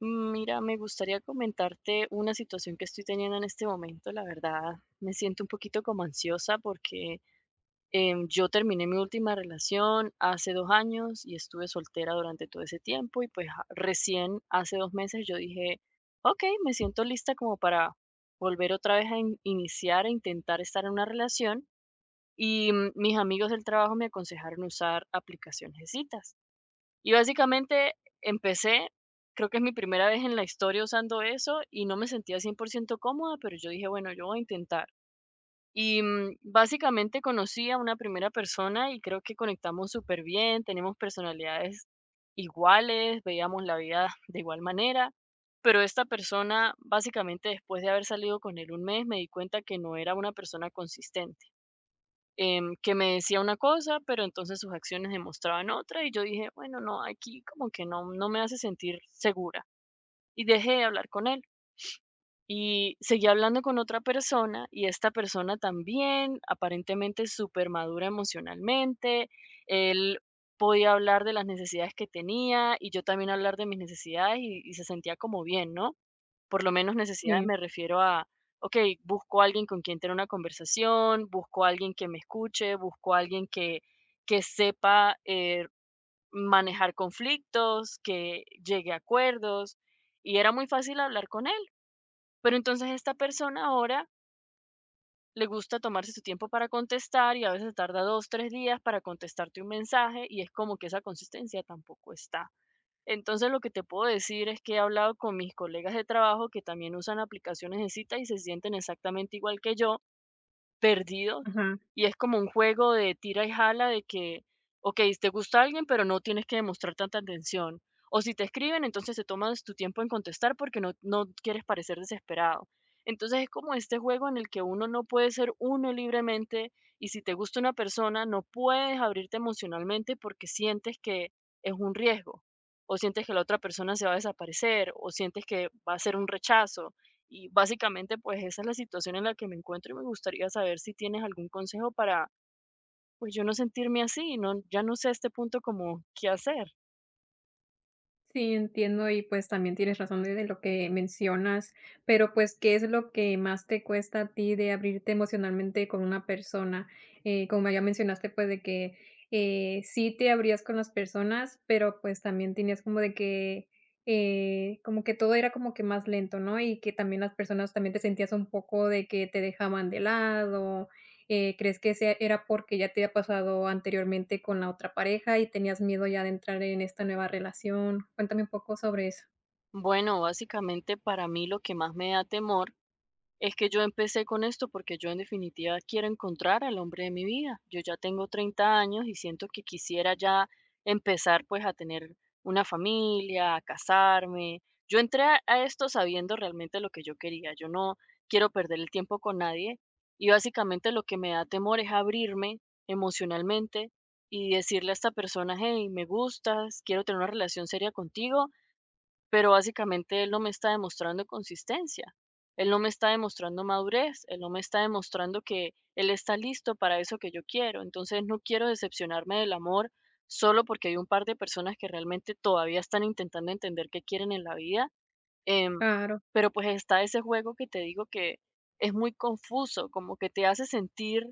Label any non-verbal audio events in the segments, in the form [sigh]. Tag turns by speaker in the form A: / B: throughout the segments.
A: Mira, me gustaría comentarte una situación que estoy teniendo en este momento. La verdad, me siento un poquito como ansiosa porque yo terminé mi última relación hace 2 años y estuve soltera durante todo ese tiempo, y pues recién hace 2 meses yo dije, ok, me siento lista como para volver otra vez a iniciar e intentar estar en una relación. Y mis amigos del trabajo me aconsejaron usar aplicaciones de citas. Y básicamente empecé, creo que es mi primera vez en la historia usando eso y no me sentía 100% cómoda, pero yo dije, bueno, yo voy a intentar. Y básicamente conocí a una primera persona y creo que conectamos súper bien, tenemos personalidades iguales, veíamos la vida [laughs] de igual manera, pero esta persona, básicamente, después de haber salido con él 1 mes, me di cuenta que no era una persona consistente, que me decía una cosa, pero entonces sus acciones demostraban otra, y yo dije, bueno, no, aquí como que no, no me hace sentir segura. Y dejé de hablar con él. Y seguí hablando con otra persona, y esta persona también, aparentemente súper madura emocionalmente, él podía hablar de las necesidades que tenía, y yo también hablar de mis necesidades, y se sentía como bien, ¿no? Por lo menos necesidades
B: Sí,
A: me refiero a, ok, busco a alguien con quien tener una conversación, busco a alguien que me escuche, busco a alguien que sepa, manejar conflictos, que llegue a acuerdos, y era muy fácil hablar con él. Pero entonces esta persona ahora le gusta tomarse su tiempo para contestar, y a veces tarda 2 3 días para contestarte un mensaje, y es como que esa consistencia tampoco está. Entonces, lo que te puedo decir es que he hablado con mis colegas de trabajo que también usan aplicaciones de cita y se sienten exactamente igual que yo, perdido,
B: ajá.
A: y es como un juego de tira y jala de que, okey, te gusta alguien, pero no tienes que demostrar tanta atención, o si te escriben, entonces te tomas tu tiempo en contestar porque no quieres parecer desesperado. Entonces, es como este juego en el que uno no puede ser uno libremente, y si te gusta una persona, no puedes abrirte emocionalmente porque sientes que es un riesgo, o sientes que la otra persona se va a desaparecer, o sientes que va a ser un rechazo. Y básicamente, pues esa es la situación en la que me encuentro, y me gustaría saber si tienes algún consejo para, pues, yo no sentirme así. No, ya no sé a este punto como qué hacer.
B: Sí, entiendo y, pues, también tienes razón de lo que mencionas, pero, pues, ¿qué es lo que más te cuesta a ti de abrirte emocionalmente con una persona? Como ya mencionaste, pues, de que, sí te abrías con las personas, pero, pues, también tenías como de que, como que todo era como que más lento, ¿no? Y que también las personas también te sentías un poco de que te dejaban de lado. ¿crees que ese era porque ya te había pasado anteriormente con la otra pareja y tenías miedo ya de entrar en esta nueva relación? Cuéntame un poco sobre eso.
A: Bueno, básicamente, para mí lo que más me da temor es que yo empecé con esto porque yo en definitiva quiero encontrar al hombre de mi vida. Yo ya tengo 30 años y siento que quisiera ya empezar pues a tener una familia, a casarme. Yo entré a esto sabiendo realmente lo que yo quería. Yo no quiero perder el tiempo con nadie, y básicamente lo que me da temor es abrirme emocionalmente y decirle a esta persona, hey, me gustas, quiero tener una relación seria contigo, pero básicamente él no me está demostrando consistencia, él no me está demostrando madurez, él no me está demostrando que él está listo para eso que yo quiero. Entonces no quiero decepcionarme del amor solo porque hay un par de personas que realmente todavía están intentando entender qué quieren en la vida. em,
B: Claro.
A: pero pues está ese juego que te digo que es muy confuso, como que te hace sentir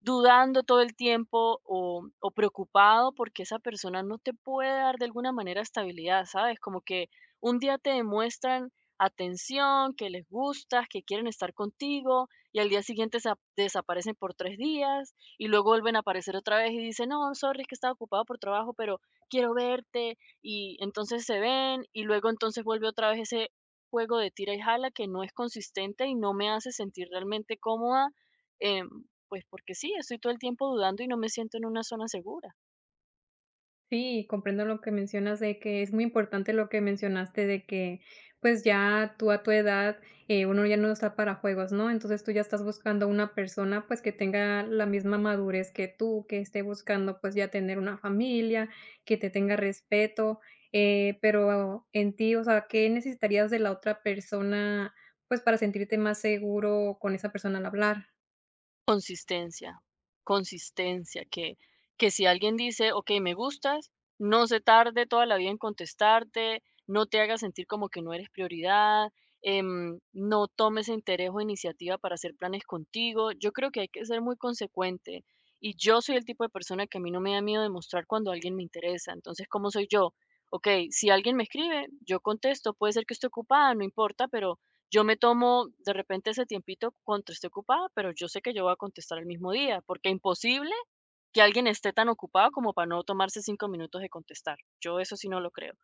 A: dudando todo el tiempo, o preocupado porque esa persona no te puede dar de alguna manera estabilidad, ¿sabes? Como que un día te demuestran atención, que les gustas, que quieren estar contigo, y al día siguiente desaparecen por 3 días y luego vuelven a aparecer otra vez y dicen, no, sorry, es que estaba ocupado por trabajo, pero quiero verte, y entonces se ven y luego entonces vuelve otra vez ese juego de tira y jala que no es consistente y no me hace sentir realmente cómoda. eh, pues porque sí, estoy todo el tiempo dudando y no me siento en una zona segura.
B: Sí, comprendo lo que mencionas de que es muy importante lo que mencionaste de que, pues, ya tú a tu edad, uno ya no está para juegos, ¿no? Entonces, tú ya estás buscando una persona, pues, que tenga la misma madurez que tú, que esté buscando, pues, ya tener una familia, que te tenga respeto, pero en ti, o sea, ¿qué necesitarías de la otra persona, pues, para sentirte más seguro con esa persona al hablar?
A: Consistencia, consistencia, que si alguien dice, ok, me gustas, no se tarde toda la vida en contestarte, no te hagas sentir como que no eres prioridad, no tomes interés o iniciativa para hacer planes contigo. Yo creo que hay que ser muy consecuente, y yo soy el tipo de persona que a mí no me da miedo demostrar cuando alguien me interesa. Entonces, ¿cómo soy yo? Ok, si alguien me escribe, yo contesto, puede ser que esté ocupada, no importa, pero yo me tomo de repente ese tiempito contra esté ocupada, pero yo sé que yo voy a contestar el mismo día, porque imposible que alguien esté tan ocupado como para no tomarse 5 minutos de contestar. Yo eso sí no lo creo.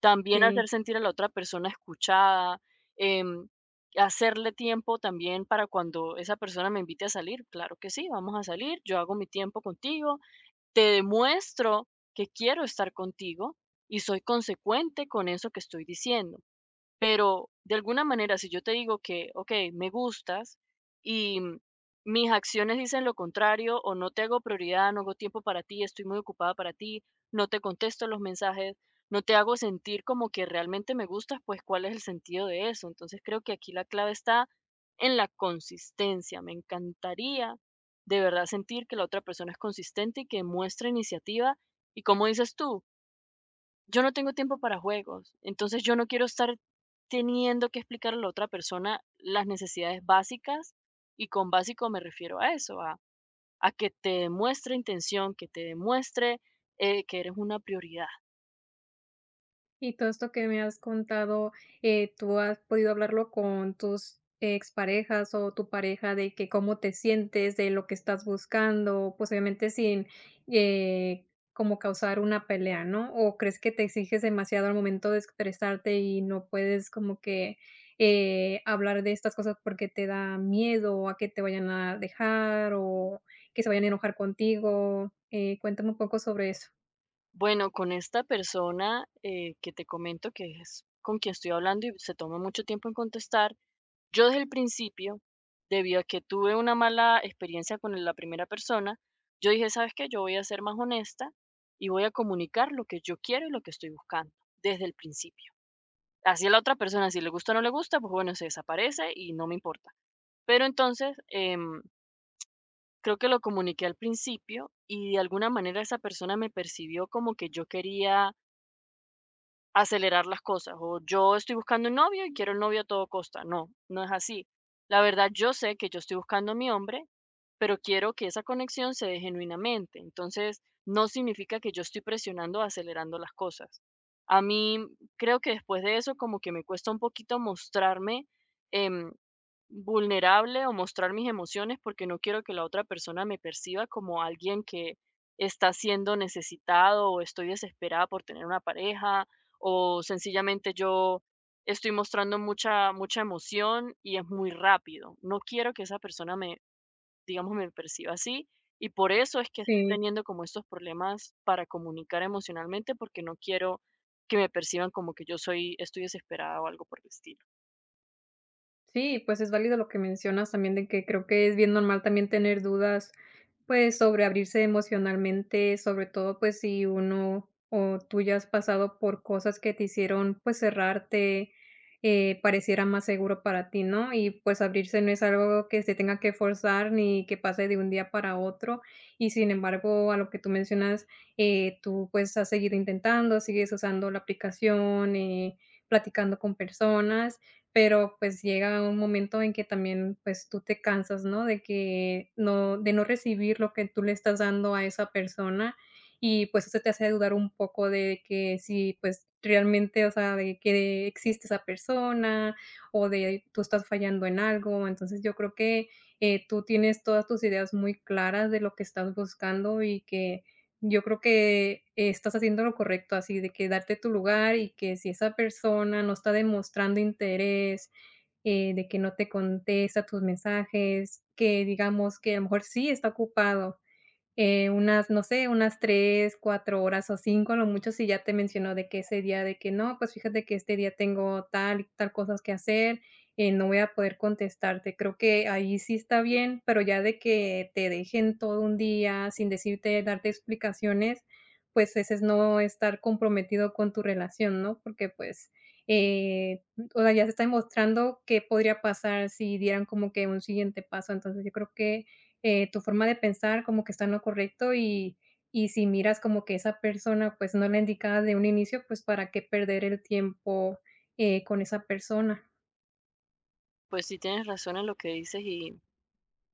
A: También
B: Sí.
A: hacer sentir a la otra persona escuchada, em, hacerle tiempo también para cuando esa persona me invite a salir. Claro que sí, vamos a salir, yo hago mi tiempo contigo, te demuestro que quiero estar contigo, y soy consecuente con eso que estoy diciendo. Pero de alguna manera, si yo te digo que, okey, me gustas, y mis acciones dicen lo contrario, o no te hago prioridad, no hago tiempo para ti, estoy muy ocupada para ti, no te contesto los mensajes, no te hago sentir como que realmente me gustas, pues, ¿cuál es el sentido de eso? Entonces, creo que aquí la clave está en la consistencia. Me encantaría de verdad sentir que la otra persona es consistente y que muestra iniciativa, y, como dices tú, yo no tengo tiempo para juegos, entonces yo no quiero estar teniendo que explicarle a la otra persona las necesidades básicas, y con básico me refiero a eso, a que te demuestre intención, que te demuestre, que eres una prioridad.
B: Y todo esto que me has contado, ¿tú has podido hablarlo con tus exparejas o tu pareja de que cómo te sientes, de lo que estás buscando? Pues, obviamente sin, eh, como causar una pelea, ¿no? ¿O crees que te exiges demasiado al momento de expresarte y no puedes como que, hablar de estas cosas porque te da miedo a que te vayan a dejar o que se vayan a enojar contigo? Cuéntame un poco sobre eso.
A: Bueno, con esta persona, que te comento que es con quien estoy hablando y se toma mucho tiempo en contestar, yo desde el principio, debido a que tuve una mala experiencia con la primera persona, yo dije, ¿sabes qué? Yo voy a ser más honesta, y voy a comunicar lo que yo quiero y lo que estoy buscando desde el principio. Así, a la otra persona, si le gusta o no le gusta, pues bueno, se desaparece y no me importa. Pero entonces, creo que lo comuniqué al principio y de alguna manera esa persona me percibió como que yo quería acelerar las cosas, o yo estoy buscando un novio y quiero un novio a todo costa. No, no es así. La verdad, yo sé que yo estoy buscando a mi hombre, pero quiero que esa conexión se dé genuinamente. Entonces, no significa que yo estoy presionando o acelerando las cosas. A mí creo que después de eso como que me cuesta un poquito mostrarme, em, vulnerable o mostrar mis emociones, porque no quiero que la otra persona me perciba como alguien que está siendo necesitado, o estoy desesperada por tener una pareja, o sencillamente yo estoy mostrando mucha mucha emoción y es muy rápido. No quiero que esa persona me, digamos, me perciba así, y por eso es que estoy
B: Sí.
A: teniendo como estos problemas para comunicar emocionalmente, porque no quiero que me perciban como que yo soy, estoy desesperada o algo por el estilo.
B: Sí, pues es válido lo que mencionas también de que creo que es bien normal también tener dudas, pues, sobre abrirse emocionalmente, sobre todo, pues, si uno o tú ya has pasado por cosas que te hicieron, pues, cerrarte, pareciera más seguro para ti, ¿no? Y, pues, abrirse no es algo que se tenga que forzar ni que pase de un día para otro. Y sin embargo, a lo que tú mencionas, tú, pues, has seguido intentando, sigues usando la aplicación, platicando con personas, pero, pues, llega un momento en que también, pues, tú te cansas, ¿no? De que no recibir lo que tú le estás dando a esa persona, y, pues, eso te hace dudar un poco de que si, pues, realmente, o sea, de que existe esa persona, o de tú estás fallando en algo. Entonces, yo creo que, tú tienes todas tus ideas muy claras de lo que estás buscando y que yo creo que estás haciendo lo correcto, así de que darte tu lugar y que si esa persona no está demostrando interés, de que no te contesta tus mensajes, que digamos que a lo mejor sí está ocupado, unas, no sé, unas 3 4 horas o 5 a lo mucho, si ya te mencionó de que ese día de que: "No, pues fíjate que este día tengo tal y tal cosas que hacer, no voy a poder contestarte". Creo que ahí sí está bien, pero ya de que te dejen todo un día sin decirte, darte explicaciones, pues ese es no estar comprometido con tu relación, ¿no? Porque, pues, eh, o sea, ya se está demostrando qué podría pasar si dieran como que un siguiente paso. Entonces, yo creo que tu forma de pensar como que está en lo correcto, y si miras como que esa persona, pues, no la indicada de un inicio, pues, ¿para qué perder el tiempo, con esa persona?
A: Pues sí, tienes razón en lo que dices, y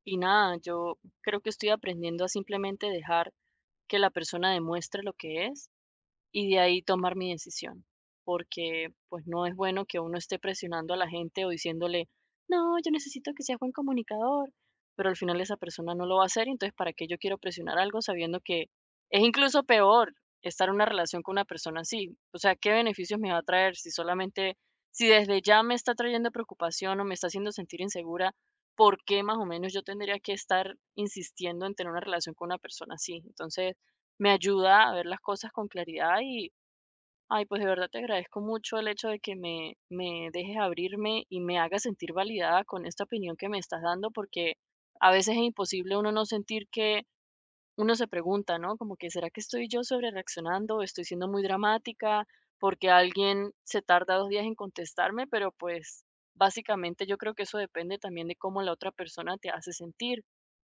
A: y nada, yo creo que estoy aprendiendo a simplemente dejar que la persona demuestre lo que es, y de ahí tomar mi decisión, porque pues no es bueno que uno esté presionando a la gente o diciéndole, no, yo necesito que sea buen comunicador, pero al final esa persona no lo va a hacer, y entonces, ¿para qué yo quiero presionar algo sabiendo que es incluso peor estar en una relación con una persona así? O sea, ¿qué beneficios me va a traer si solamente, si desde ya me está trayendo preocupación o me está haciendo sentir insegura? ¿Por qué más o menos yo tendría que estar insistiendo en tener una relación con una persona así? Entonces, me ayuda a ver las cosas con claridad, y, ay, pues de verdad te agradezco mucho el hecho de que me dejes abrirme y me hagas sentir validada con esta opinión que me estás dando, porque a veces es imposible uno no sentir que uno se pregunta, ¿no? Como que, ¿será que estoy yo sobre reaccionando? ¿Estoy siendo muy dramática? Porque alguien se tarda 2 días en contestarme, pero pues básicamente yo creo que eso depende también de cómo la otra persona te hace sentir.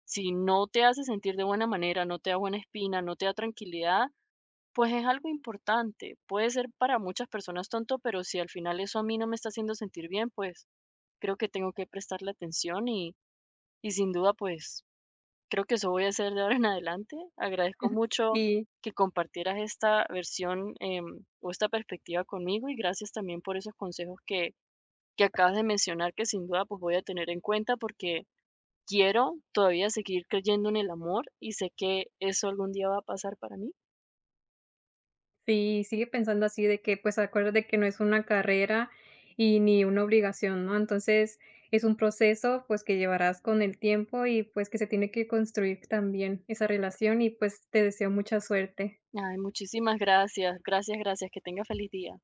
A: Si no te hace sentir de buena manera, no te da buena espina, no te da tranquilidad, pues es algo importante. Puede ser para muchas personas tonto, pero si al final eso a mí no me está haciendo sentir bien, pues creo que tengo que prestarle atención, y sin duda, pues creo que eso voy a hacer de ahora en adelante. Agradezco mucho
B: Y
A: que compartieras esta versión, o esta perspectiva conmigo, y gracias también por esos consejos que acabas de mencionar, que sin duda pues voy a tener en cuenta, porque quiero todavía seguir creyendo en el amor y sé que eso algún día va a pasar para mí.
B: sí, sigue pensando así de que, pues, acuérdate que no es una carrera y ni una obligación, ¿no? Entonces, es un proceso, pues, que llevarás con el tiempo y, pues, que se tiene que construir también esa relación y, pues, te deseo mucha suerte.
A: Ay, muchísimas gracias. Gracias, gracias. Que tenga feliz día.